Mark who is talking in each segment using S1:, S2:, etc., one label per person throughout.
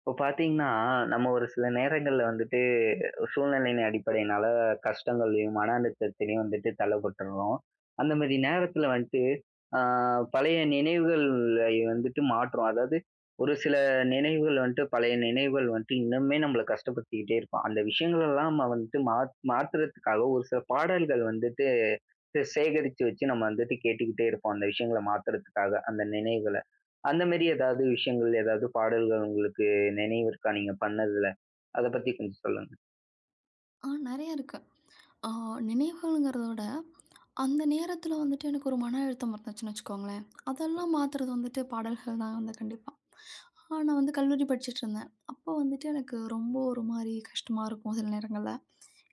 S1: இப்போ பார்த்தீங்கன்னா, நம்ம ஒரு சில நேரங்கள்ல வந்துட்டு சூழ்நிலையின் அடிப்படையினால கஷ்டங்கள்லயும், மன அழுத்தத்திலயும் வந்துட்டு தள்ளப்பட்டுறோம். அந்த மாரி நேரத்தில வந்துட்டு, ஆ பழைய நினைவுகளை வந்துட்டு மாற்றும். அதாவது ஒரு சில நினைவுகள் வந்துட்டு பழைய நினைவுகள் வந்துட்டு இன்னுமே நம்மள கஷ்டப்படுத்திக்கிட்டே இருக்கும். அந்த விஷயங்களெல்லாம் நம்ம வந்துட்டு மாத்துறதுக்காக ஒரு சில பாடல்கள் வந்துட்டு சேகரிச்சு வச்சு நம்ம வந்துட்டு கேட்டுக்கிட்டே இருப்போம். அந்த விஷயங்கள மாத்துறதுக்காக, அந்த நினைவுகள. அந்த மாரி ஏதாவது விஷயங்கள், ஏதாவது பாடல்கள் உங்களுக்கு நினைவு இருக்கா நீங்க பண்ணதுல? அத பத்தி கொஞ்சம் சொல்லுங்க.
S2: நெறைய இருக்கு. ஆ நினைவுகள்ங்கிறத விட, அந்த நேரத்தில வந்துட்டு எனக்கு ஒரு மன அழுத்தம் இருந்துச்சுன்னு வச்சுக்கோங்களேன். அதெல்லாம் மாத்துறது வந்துட்டு பாடல்கள் தான் வந்து கண்டிப்பா. நான் வந்து கல்லூரி படிச்சுட்டு இருந்தேன். அப்போ வந்துட்டு எனக்கு ரொம்ப ஒரு மாரி கஷ்டமா இருக்கும் சில நேரங்கள்ல.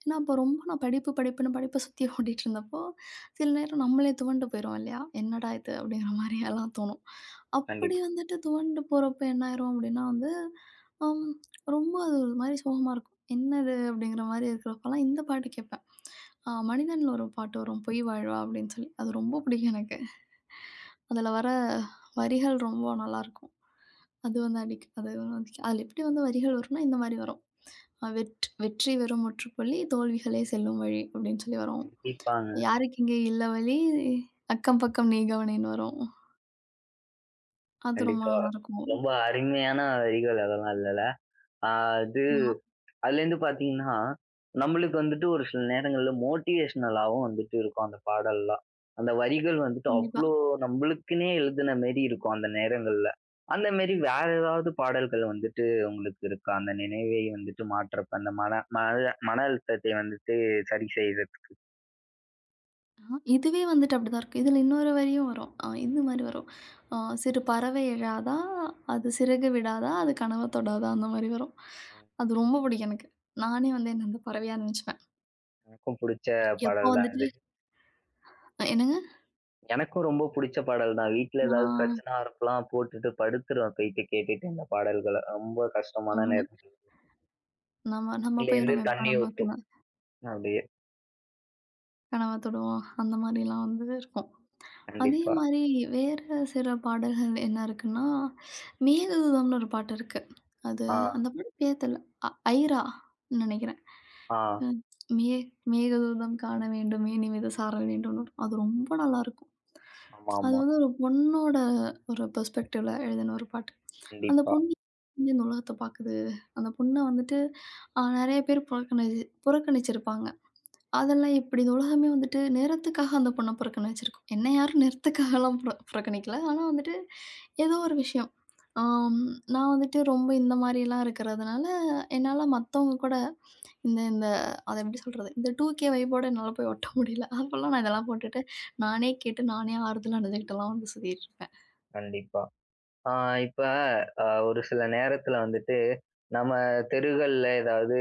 S2: ஏன்னா, அப்போ ரொம்ப நான் படிப்பு படிப்புன்னு படிப்ப சுத்தி ஓடிட்டுருந்தப்போ, சில நேரம் நம்மளே துவண்டு போயிருவோம் இல்லையா? "என்னடா இது?" அப்படிங்கிற மாரி எல்லாம் தோணும். அப்படி
S1: கண்டிப்பா.
S2: வந்துட்டு துவண்டு போறப்போ என்ன ஆயிரும் அப்படின்னா வந்து, அம் ரொம்ப அது ஒரு மாரி சோகமா இருக்கும். "என்னது?" அப்படிங்கிற மாரி இருக்கிறப்பலாம் இந்த பாட்டு கேட்பேன். மனிதன்ல ஒரு பாட்டு வரும், "பொய் வாழ்வா" அப்படின்னு சொல்லி. அது
S1: ஆ
S2: ரொம்ப பிடிக்கும் எனக்கு. அதில வர வரிகள் ரொம்ப நல்லாயிருக்கும். அது வந்து அது வந்து அதில எப்படி வந்து வரிகள் வரும்னா, இந்த மாரி வரும். வெற்றி வெறும் முற்றுப்புள்ளி, தோல்விகளே செல்லும் வழி" அப்படின்னு சொல்லி வரும்.
S1: கண்டிப்பாங்க.
S2: "யாருக்கு இங்கே இல்ல வழி, அக்கம் பக்கம் நீ கவனின்னு" வரும். அது ரொம்ப
S1: கண்டிப்பா.
S2: நல்லாயிருக்கும்.
S1: ரொம்ப அருமையான வரிகள் அதெல்லாம் இல்லல. ஆ அது
S2: ஆமா,
S1: அதுலேருந்து பார்த்தீங்கன்னா, நம்மளுக்கு வந்துட்டு ஒரு சில நேரங்கள்ல மோட்டிவேஷனலாவும் வந்துட்டு இருக்கும் அந்த பாடல்லாம். அந்த வரிகள் வந்துட்டு
S2: கண்டிப்பா.
S1: அவ்ளோ நம்மளுக்குன்னே எழுதின மாரி இருக்கும் அந்த நேரங்கள்ல. அந்த மாரி வேற ஏதாவது பாடல்கள் வந்துட்டு உங்களுக்கு இருக்கா? அந்த நினைவை வந்துட்டு மாற்றப்ப அந்த மன மன மன அழுத்தத்தை வந்துட்டு சரி செய்றதுக்கு.
S2: ஆ, இதுவே வந்துட்டு அப்படிதான் இருக்கும். இதில இன்னொரு வரியும் வரும். இந்த மாரி வரும். அ "சிறு பறவை எழாதா, அது சிறகு விடாதா, அது கனவ தொடாதா" அந்த மாரி வரும். அது ரொம்ப பிடிக்கும் எனக்கு. நானே வந்து என்ன அந்த பறவையா நெனச்சுப்பேன்.
S1: எனக்கும் புடிச்ச
S2: எப்போ
S1: பாடல் தான்
S2: வந்துட்டு
S1: இது.
S2: என்னங்க?
S1: எனக்கும் ரொம்ப புடிச்ச பாடல் தான். வீட்ல ஏதாவது
S2: ஆ
S1: பிரச்சனை இருக்கலாம் போட்டுட்டு படுத்துருவேன் போயிட்டு கேட்டுட்டு இந்த பாடல்கள. ரொம்ப கஷ்டமான
S2: ரொம்ப
S1: நேரங்கள்ல.
S2: நம்ம நம்ம
S1: கண்லேருந்து
S2: பெயரும் வைப்போம்.
S1: தண்ணி
S2: நம்ம கண
S1: ஊத்தும். அப்படியே
S2: கனவ தொடுவோம். அந்த மாரிலாம் வந்து இருக்கும். அதே
S1: கண்டிப்பா.
S2: மாரி வேற சில பாடல்கள் என்ன இருக்குன்னா, மேகதூதம்னு ஒரு பாட்டு இருக்கு. அது
S1: ஆ,
S2: அந்த பாட்டு பேர் தெர்ல. அ ஐரா நெனைக்கிறேன்.
S1: ஆ,
S2: அ மே மேகதூதம் காண வேண்டும் மேனி மீது சாரல் வேண்டும்னு வரும். அது ரொம்ப நல்லாயிருக்கும். அது
S1: ஆமாமா.
S2: வந்து ஒரு பொண்ணோட ஒரு பெர்ஸ்பெக்டிவ்ல எழுதின ஒரு பாட்டு. அந்த
S1: கண்டிப்பா,
S2: பொண்ணு வந்து இந்த உலகத்த பாக்குது. அந்த பொண்ண வந்துட்டு நெறைய பேர் புறக்கணிச்சிருப்பாங்க. அதெல்லாம் எப்படி? இந்த உலகமே வந்துட்டு நேரத்துக்காக அந்த பொண்ண புறக்கணிச்சிருக்கும். என்ன யாரும் நேரத்துக்காகலாம் புறக்கணிக்கல. ஆனா வந்துட்டு ஏதோ ஒரு விஷயம். ஆம் நான் வந்துட்டு ரொம்ப இந்த மாரிலாம் இருக்கிறதுனால, என்னால மத்தவங்க கூட இந்த இந்த அத எப்படி சொல்றது? இந்த 2கே வைப்போட என்னால போய் ஒட்ட முடியல. அப்பலாம் நான் இதெல்லாம் போட்டுட்டு, நானே கேட்டு, நானே ஆறுதல் அடைஞ்சுக்கிட்டுலாம் வந்து சுத்திட்டு
S1: கண்டிப்பா. ஆ இப்ப அ ஒரு சில நேரத்துல வந்துட்டு, நம்ம தெருகள்ல ஏதாவது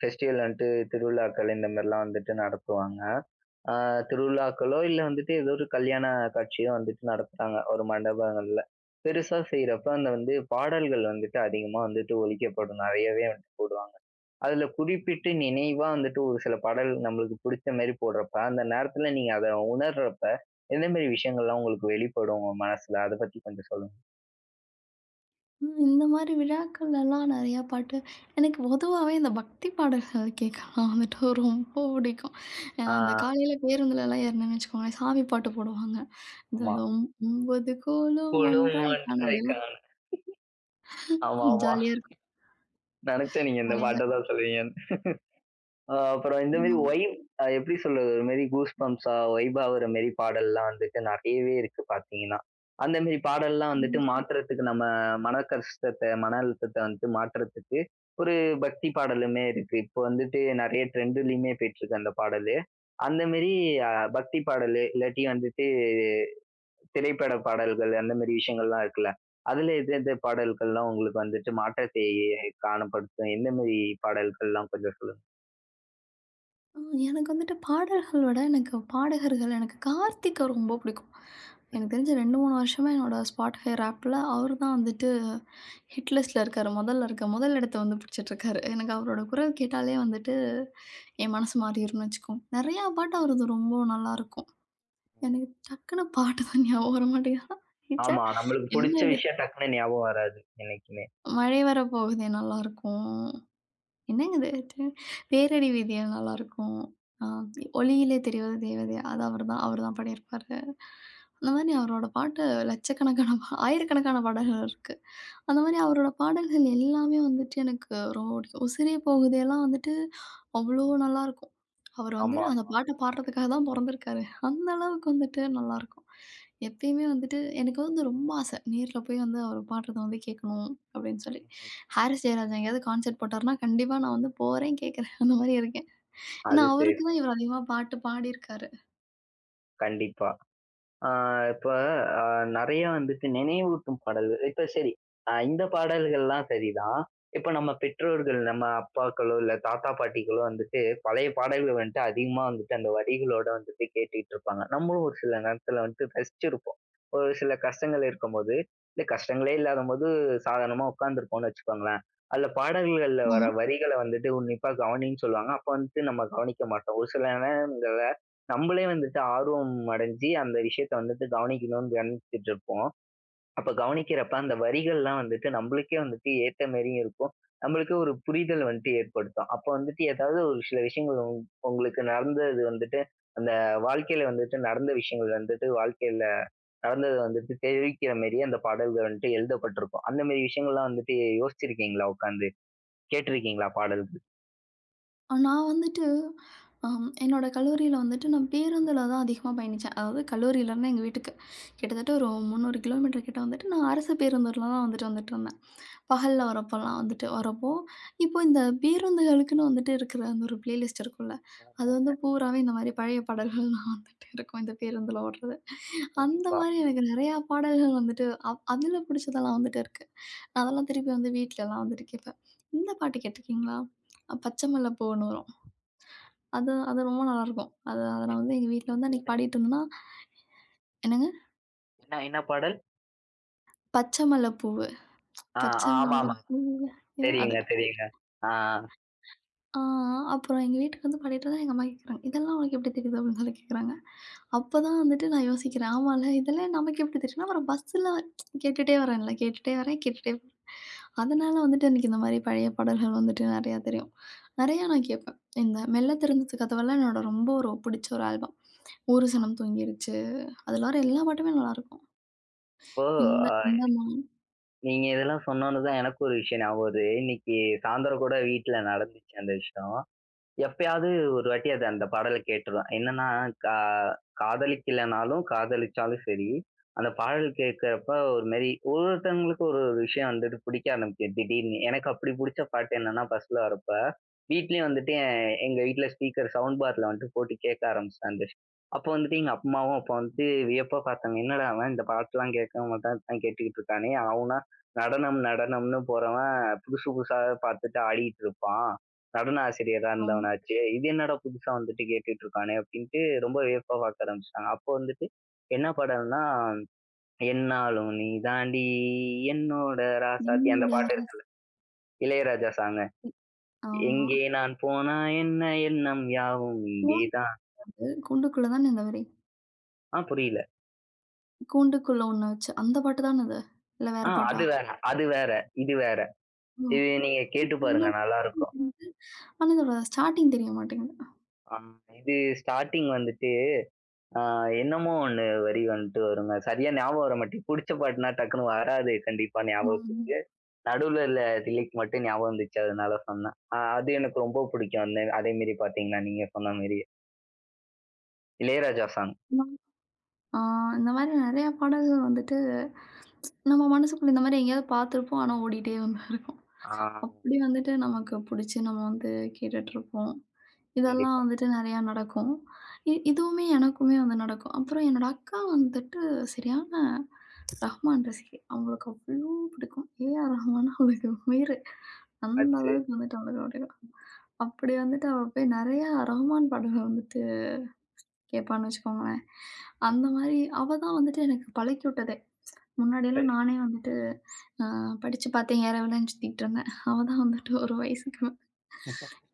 S1: ஃபெஸ்டிவல்ன்ட்டு திருவிழாக்கள் இந்த மாதிரிலாம் வந்துட்டு நடத்துவாங்க. ஆ திருவிழாக்களோ, இல்ல வந்துட்டு ஏதோ ஒரு கல்யாண காட்சியோ வந்துட்டு நடத்துறாங்க, ஒரு மண்டபங்கள்ல. பெருசா செய்றப்ப அந்த வந்து பாடல்கள் வந்துட்டு அதிகமா வந்துட்டு ஒலிக்கப்படும். நெறையவே வந்துட்டு போடுவாங்க. அதுல குறிப்பிட்டு நினைவா வந்துட்டு ஒரு சில பாடல் நம்மளுக்கு புடிச்ச மாரி போடுறப்ப, அந்த நேரத்துல நீங்க அத உணர்றப்ப, எந்த மாரி விஷயங்கள்லாம் உங்களுக்கு வெளிப்படும் உங்க மனசுல? அத பத்தி கொஞ்சம் சொல்லுங்க.
S2: ம். இந்த மாரி விழாக்கள்லலாம் நெறையா பாட்டு எனக்கு பொதுவாவே இந்த பக்தி பாடல்கள் கேட்கலாம் வந்துட்டு ரொம்ப பிடிக்கும்.
S1: ஆ
S2: அந்த காலையில பேருந்துலலாம் ஏறுனேன்னு வச்சுக்கோங்களேன், சாமி பாட்டு போடுவாங்க. இந்த
S1: ஆமா.
S2: அந்த 9 கோலும் ஒன்றாய் காண
S1: குழுமொன்றை
S2: அப்படிலாம்
S1: காண. ஆமா, ஆமா.
S2: ஜாலியா இருக்கும்
S1: நெனச்சேன் நீங்க இந்த
S2: காலையில.
S1: பாட்ட தான் சொல்லுவீங்கன்னு. அப்புறம் இந்த மாரி வைப். எப்படி சொல்றது? ஒரு மாரி கூஸ் பம்ப்ஸா வைப் ஆகுற மாரி பாடல்லாம் வந்துட்டு நெறையவே இருக்கு பார்த்தீங்கன்னா. அந்த மாரி பாடல்லாம் வந்துட்டு
S2: ஆமா.
S1: மாத்துறதுக்கு நம்ம மன கஷ்டத்த, மன அழுத்தத்த வந்துட்டு மாத்துறதுக்கு ஒரு பக்தி பாடலுமே இருக்கு. இப்போ வந்துட்டு நெறைய ட்ரெண்ட்லயுமே போயிட்டுருக்கு அந்த பாடலு. அந்த மாரி அ பக்தி பாடலு, இல்லாட்டி வந்துட்டு திரைப்பட பாடல்கள் அந்த மாரி விஷயங்கள்லாம் இருக்குல்ல. அதுல எது எந்த பாடல்கள்லாம் உங்களுக்கு வந்துட்டு மாற்றத்தை காணப்படுத்தும்? எந்த மாரி பாடல்கள்லாம் கொஞ்சம் சொல்லுங்க?
S2: ஆ எனக்கு வந்துட்டு பாடல்களோட எனக்கு பாடகர்கள் எனக்கு கார்த்திக்க ரொம்ப பிடிக்கும். எனக்கு
S1: ம்.
S2: தெரிஞ்சு 2, 3 வருஷமா என்னோட Spotify ரேப்ல அவரு தான் வந்துட்டு ஹிட் லிஸ்ட்ல இருக்காரு. முதல்ல இருக்க முதல் இடத்த வந்து பிடிச்சிட்டுருக்காரு. எனக்கு அவரோட குரல் கேட்டாலே வந்துட்டு என் மனசு மாறிரும்னு வச்சுக்கோங்க. நெறையா பாட்டு அவரது ரொம்ப நல்லாருக்கும்.
S1: ம்.
S2: எனக்கு டக்குனு பாட்டு தான் ஞாபகம் வர மாட்டேங்குது. ச்சே!
S1: ஆமா. நம்மளுக்கு
S2: என்ன
S1: புடிச்ச
S2: இது?
S1: விஷயம் டக்குன்னு ஞாபகம் வராது என்னைக்குமே.
S2: மழை வரப்போகுதே நல்லாருக்கும். என்னங்க இது? "பேரடி வீதியா" நல்லாருக்கும். ஆ "ஒளியிலே தெரிவது தேவதை" அது அவர்தான் அவர்தான் பாடியிருப்பாரு. அந்த மாரி அவரோட பாட்டு லட்சக்கணக்கான பா ஆயிரக்கணக்கான பாடல்கள் இருக்கு. அந்த மாரி அவரோட பாடல்கள் எல்லாமே வந்துட்டு எனக்கு ரொம்ப பிடிக்கும். "உசிரே போகுதேலாம்" வந்துட்டு அவ்ளோ நல்லாருக்கும். அவர் வந்து
S1: ஆமா.
S2: அந்த பாட்ட பாடுறதுக்காக தான் பொறந்திருக்காரு. அந்த அளவுக்கு வந்துட்டு நல்லாருக்கும். எப்பயுமே வந்துட்டு எனக்கு வந்து ரொம்ப ஆசை. நேர்ல போய் வந்து அவர் பாடுறத வந்து கேட்கணும் அப்படின்னு சொல்லி. ஹாரிஸ் ஜெயராஜ் எங்கேயாவது கான்செர்ட் போட்டாருன்னா, கண்டிப்பா நான் வந்து போறேன், கேட்கறேன். அந்த மாரி இருக்கேன். ஏன்னா,
S1: அது சரி.
S2: அவருக்கு தான் இவர் அதிகமா பாட்டு பாடியிருக்காரு.
S1: கண்டிப்பா. ஆ இப்ப அ நெறைய வந்துட்டு நினைவூட்டும் பாடல்கள். இப்ப சரி, இந்த பாடல்கள்லாம் சரிதான். இப்ப நம்ம பெற்றோர்கள், நம்ம அப்பாக்களோ, இல்ல தாத்தா, பாட்டிகளோ வந்துட்டு பழைய பாடல்கள் வந்துட்டு அதிகமா வந்துட்டு அந்த வரிகளோட வந்துட்டு கேட்டுட்டு இருப்பாங்க. நம்மளும் ஒரு சில நேரத்துல வந்துட்டு ரசிச்சிருப்போம். ஒரு சில கஷ்டங்கள் இருக்கும்போது, இல்ல கஷ்டங்களே இல்லாதபோது சாதாரணமா உட்கார்ந்துருப்போம்னு வச்சுக்கோங்களேன். அதுல பாடல்கள்ல வர
S2: ஆமா.
S1: வரிகள வந்துட்டு உன்னிப்பா கவனின்னு சொல்லுவாங்க. அப்ப வந்துட்டு நம்ம கவனிக்க மாட்டோம். ஒரு சில நேரங்கள்ல நம்மளே வந்துட்டு ஆர்வம் அடைஞ்சு அந்த விஷயத்த வந்துட்டு கவனிக்கணும்னு கவனிச்சுட்டு இருப்போம். அப்ப கவனிக்கிறப்ப அந்த வரிகள்லாம் வந்துட்டு நம்மளுக்கே வந்துட்டு ஏத்த மாரியும் இருக்கும். நம்மளுக்கே ஒரு புரிதல் வந்துட்டு ஏற்படுத்தும். அப்ப வந்துட்டு ஏதாவது ஒரு சில விஷயங்கள் உங்களுக்கு நடந்தது வந்துட்டு, அந்த வாழ்க்கையில வந்துட்டு நடந்த விஷயங்கள் வந்துட்டு வாழ்க்கையில நடந்தத வந்துட்டு தெரிவிக்கிற மாரி அந்த பாடல்கள் வந்துட்டு எழுதப்பட்டிருக்கும். அந்த மாரி விஷயங்கள்லாம் வந்துட்டு யோசிச்சிருக்கீங்களா உட்கார்ந்து? கேட்டிருக்கீங்களா பாடல்கள்?
S2: நான் வந்துட்டு என்னோட கல்லூரியில வந்துட்டு நான் பேருந்துல தான் அதிகமா பயணிச்சேன். அதாவது கல்லூரியிலருந்து எங்க வீட்டுக்கு. கிட்டத்தட்ட ஒரு 300 கிலோமீட்டர் கிட்ட வந்துட்டு நான் அரசு பேருந்துல தான் வந்துட்டு வந்துட்டுருந்தேன். பகல்ல
S1: ம்.
S2: வரப்போலாம் வந்துட்டு வரப்போ, இப்போ இந்த பேருந்துகளுக்குன்னு வந்துட்டு இருக்கிற அந்த ஒரு பிளேலிஸ்ட் இருக்கும்ல, அது வந்து
S1: ஆமாங்க.
S2: பூராவே இந்த மாரி பழைய பாடல்கள்லாம் வந்துட்டு இருக்கும், இந்த பேருந்துல ஓடுறது. அந்த
S1: கண்டிப்பா.
S2: மாரி எனக்கு நெறையா பாடல்கள் வந்துட்டு அதில பிடிச்சதெல்லாம் வந்துட்டு இருக்கு. நான் அதெல்லாம் திருப்பி வந்து வீட்லலாம் வந்துட்டு கேட்பேன். இந்த பாட்டு கேட்டுருக்கீங்களா? பச்சை மல்லி பூவுன்னு வரும். அது அது ரொம்ப நல்லாயிருக்கும். அது அத
S1: எ
S2: நான் வந்து எங்க
S1: இது
S2: வீட்ல
S1: என்ன
S2: வந்து அன்னைக்கு
S1: எதுனா-
S2: பாடிட்டு இருந்தேன்னா, என்னங்க?
S1: என்ன என்ன பாடல்?
S2: பச்சை மல்ல பூவு,
S1: ஆ
S2: பச்சை மல்ல
S1: ஆமாமா.
S2: பூவு அது
S1: தெரியுங்க, தெரியுங்க. ஆ.
S2: ஆ அப்புறம் எங்க வீட்டுக்கு வந்து பாடிட்டு இருந்தேன். எங்க அம்மா கேட்குறாங்க, "இதெல்லாம் உனக்கு எப்படி தெரியுது?" அப்படின்னு சொல்லி கேட்குறாங்க. அப்ப தான் வந்துட்டு நான் யோசிக்கிறேன், ஆமால்ல இதெல்லாம் நமக்கு எப்படி தெரியும்னா, அப்புறம் பஸ்ஸில கேட்டுட்டே வரேன்ல, கேட்டுட்டே வரேன், கேட்டுட்டே வரேன். அதனால வந்துட்டு எனக்கு இந்த மாரி பழைய பாடல்கள் வந்துட்டு நெறையா தெரியும். நெறையா நான் கேட்பேன். இந்த "மெல்ல திறந்துச்சு கதவெல்லாம்" என்னோட ரொம்ப ஒரு பிடிச்ச ஒரு ஆல்பம். "ஒரு
S1: ம்.
S2: சனம் தூங்கிருச்சு" அதுல வர எல்லா பாட்டுமே நல்லாயிருக்கும்.
S1: இப்போ
S2: இந்த
S1: அ
S2: இந்த
S1: நீங்க இதெல்லாம் சொன்னோனே தான் எனக்கு ஒரு விஷயம் ஞாபகம் வருது. இன்னைக்கு சாயந்தரம் கூட வீட்ல நடந்துச்சு அந்த விஷயம். எப்பயாவது ஒரு வாட்டி அது அந்த பாடல கேட்டுருவேன். என்னன்னா, கா காதலிக்கலனாலும், காதலிச்சாலும் சரி, அந்த பாடல் கேட்கிறப்ப ஒரு மாரி ஒவ்வொருத்தவங்களுக்கும் ஒரு ஒரு விஷயம் வந்துட்டு பிடிக்க ஆரம்பிக்கும் திடீர்னு. எனக்கு அப்படி புடிச்ச பாட்டு என்னன்னா, பஸ்ல வரப்ப, வீட்லயும் வந்துட்டு எங்க வீட்ல ஸ்பீக்கர் சவுண்ட் பார்ல வந்துட்டு போட்டு கேட்க ஆரம்பிச்சேன் அந்த அப்போ வந்துட்டு எங்க அம்மாவும் அப்பா வந்துட்டு வியப்பா பார்த்தாங்க. என்னடா அவன் இந்த பாட்டுலாம் கேட்க மாட்டான், இப்படிலாம் கேட்டுக்கிட்டு இருக்கானே! அவனா நடனம் நடனம்னு போறவன் புதுசு புதுசா பார்த்துட்டு ஆடிட்டு இருப்பான். நடன ஆசிரியரா
S2: மாசம்
S1: இருந்தவனாச்சே! இது என்னடா புதுசா வந்துட்டு கேட்டுட்டு இருக்கானே! அப்படின்ட்டு ரொம்ப வியப்பா பார்க்க ஆரம்பிச்சுட்டாங்க. அப்போ வந்துட்டு என்ன படம்னா, என்னாலும் நீ தாண்டி என்னோட ராசாத்தி
S2: என்னோட
S1: அந்த பாட்டு
S2: ராசி
S1: இருக்கு. இளையராஜா சாங்கு.
S2: ஆமா.
S1: எங்கே நான் போனா என்ன எண்ணம் யாவும் இங்கே தான்.
S2: கூண்டுக்குள்ள கூண்டுக்குள்ள தானே இந்த வரி.
S1: ஆ புரியல.
S2: கூண்டுக்குள்ள ஒண்ண வச்சு. அந்த பாட்டு தான அது? இல்ல வேற பாட்டா?
S1: அது வேற, அது வேற, இது வேற.
S2: ஓ!
S1: இது நீங்க கேட்டு பாருங்க நல்லாருக்கும்.
S2: ஆனா இதோட ஸ்டார்ட்டிங் தெரிய மாட்டேங்குது.
S1: ஆ இது ஸ்டார்ட்டிங் வந்துட்டு ஆ என்னமோ ஒண்ணு வரி வந்துட்டு வருங்க. சரியா ஞாபகம் வர மாட்டேங்குது. புடிச்ச பாட்டுனா டக்குன்னு வராது கண்டிப்பா ஞாபகத்துக்கு. நடுவுல இல்ல திலீக் மட்டும் ஞாபகம் வந்துச்சு அதனால சொன்னேன். அது எனக்கு ரொம்ப பிடிக்கும். அந்த அதே மாரி பார்த்தீங்கன்னா, நீங்க சொன்ன மாரி இளையராஜா சாங்.
S2: ம். ஆ இந்த மாரி நெறைய பாடல்கள் வந்துட்டு நம்ம மனசுக்குள்ள இந்த மாரி எங்கேயாவது பார்த்துருப்போம். ஆனா ஓடிட்டே வந்து இருக்கும்.
S1: ஆ
S2: அப்படி வந்துட்டு நமக்கு புடிச்சு நம்ம வந்து கேட்டுட்டுருப்போம். இதெல்லாம்
S1: கண்டிப்பா.
S2: வந்துட்டு நெறையா நடக்கும். இதுவுமே எனக்குமே வந்து நடக்கும். அப்புறம் என்னோட அக்கா வந்துட்டு சரியான ரஹ்மான் ரசிகை. அவங்களுக்கு அவ்ளோ பிடிக்கும். ஏ.ஆர். ரஹ்மான்னா அவளுக்கு உயிரு. அந்த
S1: அது
S2: அளவுக்கு வந்துட்டு அவளுக்கு பிடிக்கும். அப்படி வந்துட்டு அவ போய் நெறையா ரஹ்மான் பாடல்கள் வந்துட்டு கேட்பான்னு வச்சுக்கோங்களேன்.
S1: ம்
S2: அந்த மாரி அவ தான் வந்துட்டு எனக்கு பழக்கி விட்டதே. முன்னாடிலாம்
S1: சரி.
S2: நானே வந்துட்டு அ படிச்சு பார்த்தேன், ஏறவேலன்னு சுத்திக்கிட்டு இருந்தேன். அவ தான் வந்துட்டு ஒரு வயசுக்கு மேல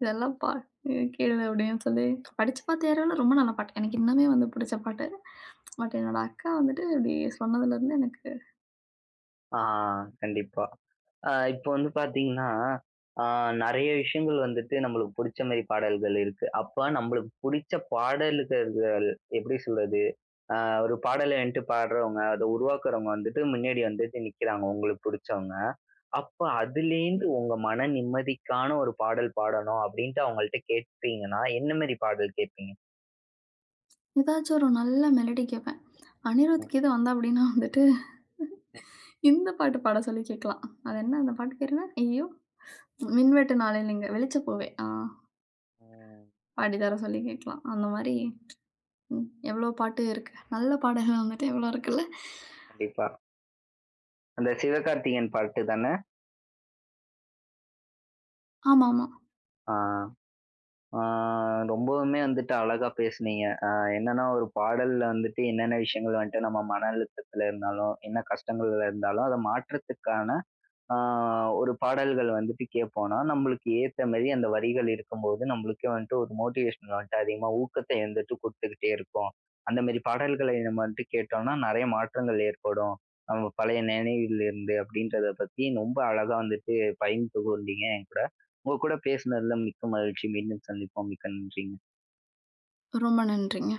S2: இதெல்லாம் பா கேளு அப்படின்னு சொல்லி படிச்சு பார்த்து ஏறவேல ரொம்ப நல்ல பாட்டு. எனக்கு இன்னுமே வந்து பிடிச்ச பாட்டு. பட் என்னோட அக்கா வந்துட்டு இப்படி சொன்னதுலேருந்து எனக்கு
S1: ஆ கண்டிப்பா. இப்போ வந்து பார்த்தீங்கன்னா, ஆ நெறைய விஷயங்கள் வந்துட்டு நம்மளுக்கு புடிச்ச மாரி பாடல்கள் இருக்கு. அப்ப நம்மளுக்கு புடிச்ச பாடல்கள் எப்படி சொல்றது? அ ஒரு பாடல என்ட்டு பாடுறவங்க, அத உருவாக்குறவங்க வந்துட்டு முன்னாடி வந்துட்டு நிக்கிறாங்க, உங்களுக்கு புடிச்சவங்க. அப்ப அதுலேருந்து உங்க மன நிம்மதிக்கான ஒரு பாடல் பாடணும் அப்டின்ட்டு அவங்கள்ட்ட கேட்பீங்கன்னா, என்ன மாரி பாடல் கேட்பீங்க?
S2: ஏதாச்சும் ஒரு நல்ல மெலடி கேட்பேன்.
S1: ம்.
S2: அனிருத்துக்கு இது வந்தா அப்படின்னா வந்துட்டு, இந்த பாட்டு பாட சொல்லி கேட்கலாம். அது என்ன அந்த பாட்டு பேர் என்ன? ஐயோ! "மின்வெட்டு நாளேலிங்க வெளிச்சப்பூவே" ஆ
S1: ம்.
S2: பாடி தர சொல்லி கேட்கலாம். அந்த மாரி ம் எவ்வளோ பாட்டு இருக்கு. நல்ல பாடல்கள் வந்துட்டு எவ்வளோ இருக்குல்ல.
S1: கண்டிப்பா. அந்த சிவகார்த்திகேயன் பாட்டு தானே?
S2: ஆமாமா.
S1: ஆ. ஆ ரொம்பவுமே வந்துட்டு அழகா பேசுனீங்க. என்னன்னா ஒரு பாடல்ல வந்துட்டு என்னென்ன விஷயங்கள் வந்துட்டு நம்ம மன அழுத்தத்துல இருந்தாலும், என்ன கஷ்டங்கள்ல இருந்தாலும், அத மாற்றத்துக்கான ஆ ஒரு பாடல்கள் வந்துட்டு கேட்போம்னா, நம்மளுக்கு ஏத்த மாரி அந்த வரிகள் இருக்கும்போது, நம்மளுக்கே வந்துட்டு ஒரு மோட்டிவேஷனல் வந்துட்டு அதிகமா ஊக்கத்த வந்துட்டு குடுத்துக்கிட்டே இருக்கும். அந்த மாரி பாடல்களை நம்ம வந்துட்டு கேட்டோம்னா, நெறைய மாற்றங்கள் ஏற்படும். நம்ம பழைய நினைவில் இருந்து அப்படின்றத பத்தி ரொம்ப அழகா வந்துட்டு பகிர்ந்து கொண்டீங்க என் கூட. உங்க கூட பேசுனதுல மிக்க மகிழ்ச்சி. மீண்டும் சந்திப்போம். மிக்க நன்றி.
S2: ரொம்ப நன்றிங்க.